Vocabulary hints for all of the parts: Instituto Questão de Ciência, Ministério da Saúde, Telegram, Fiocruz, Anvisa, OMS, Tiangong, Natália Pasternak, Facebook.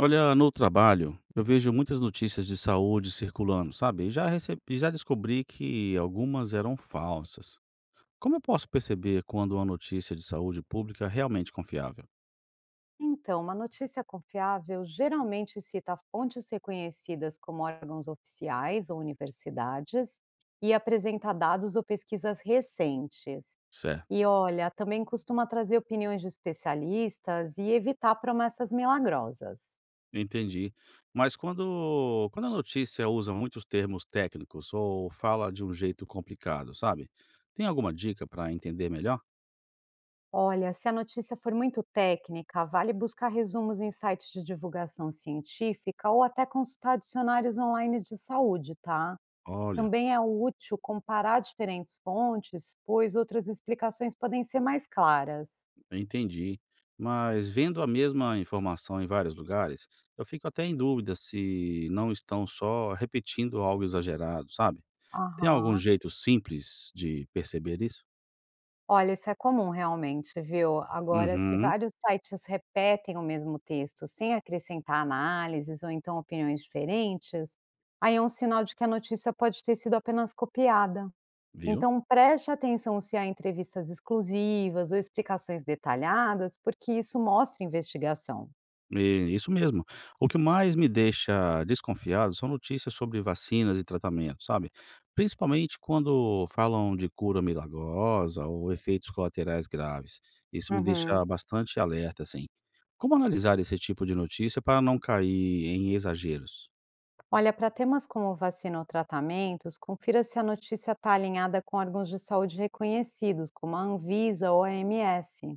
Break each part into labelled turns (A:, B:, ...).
A: Olha, no trabalho, eu vejo muitas notícias de saúde circulando, sabe? E já recebi, já descobri que algumas eram falsas. Como eu posso perceber quando uma notícia de saúde pública é realmente confiável?
B: Então, uma notícia confiável geralmente cita fontes reconhecidas como órgãos oficiais ou universidades e apresenta dados ou pesquisas recentes.
A: Certo,
B: E olha, também costuma trazer opiniões de especialistas e evitar promessas milagrosas.
A: entendi. Mas quando a notícia usa muitos termos técnicos ou fala de um jeito complicado, sabe? Tem alguma dica para entender melhor?
B: Olha, se a notícia for muito técnica, vale buscar resumos em sites de divulgação científica ou até consultar dicionários online de saúde, tá?
A: Olha.
B: Também é útil comparar diferentes fontes, pois outras explicações podem ser mais claras.
A: Entendi. Mas vendo a mesma informação em vários lugares, eu fico até em dúvida se não estão só repetindo algo exagerado, sabe? Tem algum
B: Aham.
A: jeito simples de perceber isso?
B: Olha, isso é comum realmente, viu? Agora, se
A: Uhum,
B: vários sites repetem o mesmo texto sem acrescentar análises ou então opiniões diferentes, aí é um sinal de que a notícia pode ter sido apenas copiada.
A: viu?
B: Então, preste atenção se há entrevistas exclusivas ou explicações detalhadas, porque isso mostra investigação.
A: É, isso mesmo. O que mais me deixa desconfiado são notícias sobre vacinas e tratamentos, sabe? Principalmente quando falam de cura milagrosa ou efeitos colaterais graves. Isso me deixa
B: Uhum.
A: bastante alerta, assim. Como analisar esse tipo de notícia para não cair em exageros?
B: Olha, para temas como vacina ou tratamentos, confira se a notícia está alinhada com órgãos de saúde reconhecidos, como a Anvisa ou a OMS.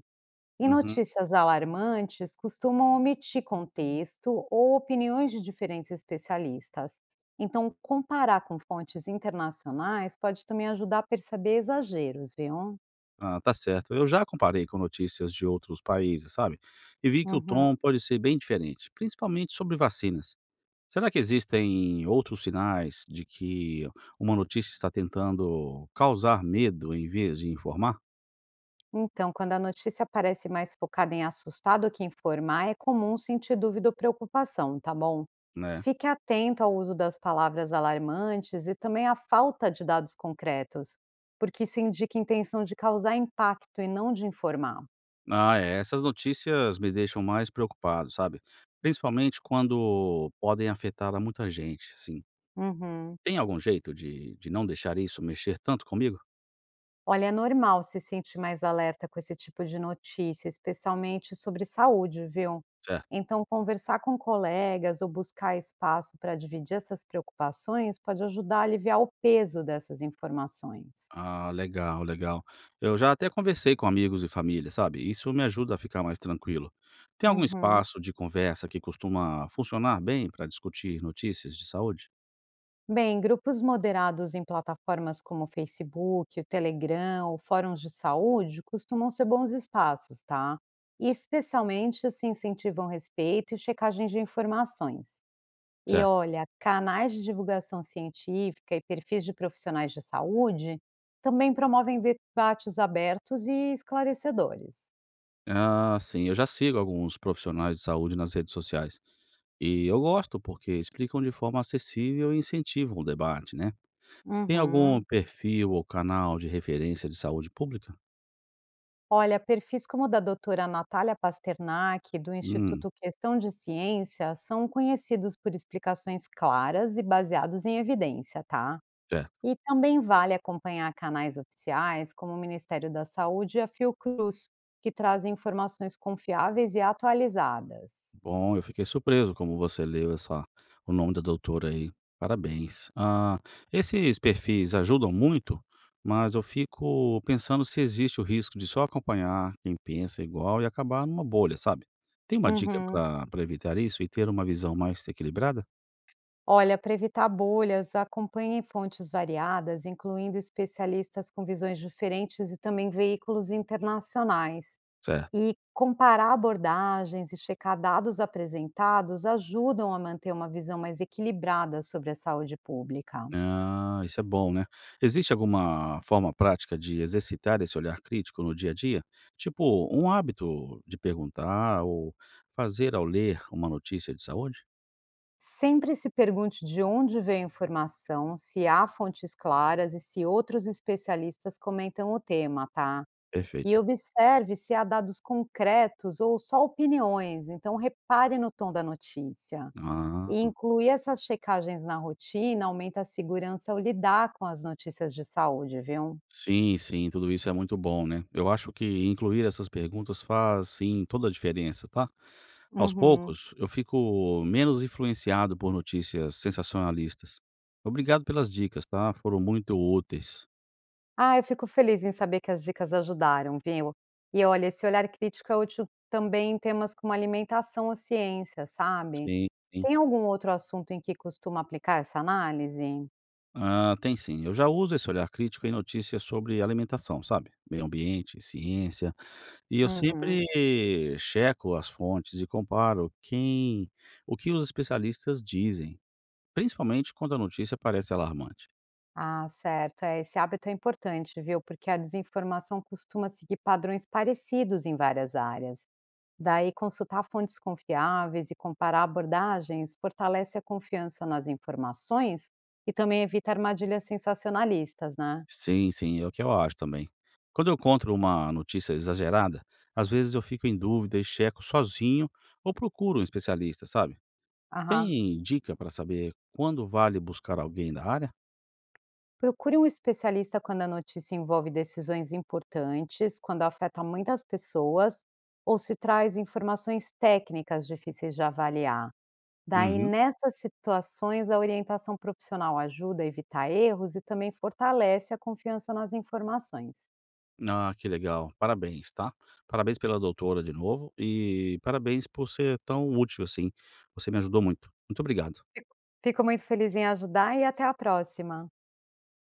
B: E
A: Uhum.
B: notícias alarmantes costumam omitir contexto ou opiniões de diferentes especialistas. Então, comparar com fontes internacionais pode também ajudar a perceber exageros, viu?
A: Ah, tá certo. Eu já comparei com notícias de outros países, sabe? E vi que o
B: Uhum.
A: tom pode ser bem diferente, principalmente sobre vacinas. Será que existem outros sinais de que uma notícia está tentando causar medo em vez de informar?
B: Então, quando a notícia parece mais focada em assustar do que informar, é comum sentir dúvida ou preocupação, tá bom?
A: Né?
B: Fique atento ao uso das palavras alarmantes e também à falta de dados concretos, porque isso indica intenção de causar impacto e não de informar.
A: Ah, é. Essas notícias me deixam mais preocupado, sabe? Principalmente quando podem afetar a muita gente, sim.
B: Uhum.
A: Tem algum jeito de não deixar isso mexer tanto comigo?
B: Olha, é normal se sentir mais alerta com esse tipo de notícia, especialmente sobre saúde, viu?
A: Certo.
B: Então, conversar com colegas ou buscar espaço para dividir essas preocupações pode ajudar a aliviar o peso dessas informações.
A: Ah, legal, legal. Eu já até conversei com amigos e família, sabe? Isso me ajuda a ficar mais tranquilo. Tem algum
B: Uhum.
A: espaço de conversa que costuma funcionar bem para discutir notícias de saúde?
B: Bem, grupos moderados em plataformas como o Facebook, o Telegram ou fóruns de saúde costumam ser bons espaços, tá? E especialmente se incentivam respeito e checagem de informações. E
A: Certo.
B: olha, canais de divulgação científica e perfis de profissionais de saúde também promovem debates abertos e esclarecedores.
A: Ah, sim, eu já sigo alguns profissionais de saúde nas redes sociais. E eu gosto porque explicam de forma acessível e incentivam o debate, né? Tem algum
B: Uhum.
A: perfil ou canal de referência de saúde pública?
B: Olha, perfis como o da doutora Natália Pasternak, do
A: Hum,
B: Instituto Questão de Ciência, são conhecidos por explicações claras e baseados em evidência, tá?
A: certo.
B: E também vale acompanhar canais oficiais como o Ministério da Saúde e a Fiocruz, que trazem informações confiáveis e atualizadas.
A: Bom, eu fiquei surpreso como você leu essa, o nome da doutora aí. Parabéns. Ah, esses perfis ajudam muito, mas eu fico pensando se existe o risco de só acompanhar quem pensa igual e acabar numa bolha, sabe? Tem uma dica
B: Uhum.
A: para evitar isso e ter uma visão mais equilibrada?
B: Olha, para evitar bolhas, acompanhe fontes variadas, incluindo especialistas com visões diferentes e também veículos internacionais.
A: Certo.
B: E comparar abordagens e checar dados apresentados ajudam a manter uma visão mais equilibrada sobre a saúde pública.
A: Ah, isso é bom, né? Existe alguma forma prática de exercitar esse olhar crítico no dia a dia? Tipo, um hábito de perguntar ou fazer ao ler uma notícia de saúde?
B: Sempre se pergunte de onde veio a informação, se há fontes claras e se outros especialistas comentam o tema, tá? E
A: Perfeito.
B: observe se há dados concretos ou só opiniões, então repare no tom da notícia.
A: Ah,
B: E incluir essas checagens na rotina aumenta a segurança ao lidar com as notícias de saúde, viu?
A: sim, sim, tudo isso é muito bom, né. Eu acho que incluir essas perguntas faz, sim, toda a diferença, tá. Aos
B: Uhum.
A: poucos, eu fico menos influenciado por notícias sensacionalistas. Obrigado pelas dicas, tá, foram muito úteis.
B: Ah, eu fico feliz em saber que as dicas ajudaram, viu? E olha, esse olhar crítico é útil também em temas como alimentação ou ciência, sabe?
A: Sim, sim.
B: Tem algum outro assunto em que costuma aplicar essa análise?
A: Ah, tem sim. Eu já uso esse olhar crítico em notícias sobre alimentação, sabe, meio ambiente, ciência, e eu
B: Uhum.
A: sempre checo as fontes e comparo quem, o que os especialistas dizem. Principalmente quando a notícia parece alarmante.
B: Ah, certo. É, esse hábito é importante, viu? Porque a desinformação costuma seguir padrões parecidos em várias áreas. Daí, consultar fontes confiáveis e comparar abordagens fortalece a confiança nas informações e também evita armadilhas sensacionalistas, né?
A: Sim, sim, é o que eu acho também. Quando eu encontro uma notícia exagerada, às vezes eu fico em dúvida e checo sozinho ou procuro um especialista, sabe?
B: Aham.
A: Tem dica para saber quando vale buscar alguém da área?
B: Procure um especialista quando a notícia envolve decisões importantes, quando afeta muitas pessoas ou se traz informações técnicas difíceis de avaliar. Daí,
A: Uhum.
B: nessas situações, a orientação profissional ajuda a evitar erros e também fortalece a confiança nas informações.
A: Ah, que legal. Parabéns, tá? Parabéns pela doutora de novo e parabéns por ser tão útil assim. Você me ajudou muito. Muito obrigado.
B: Fico muito feliz em ajudar e até a próxima!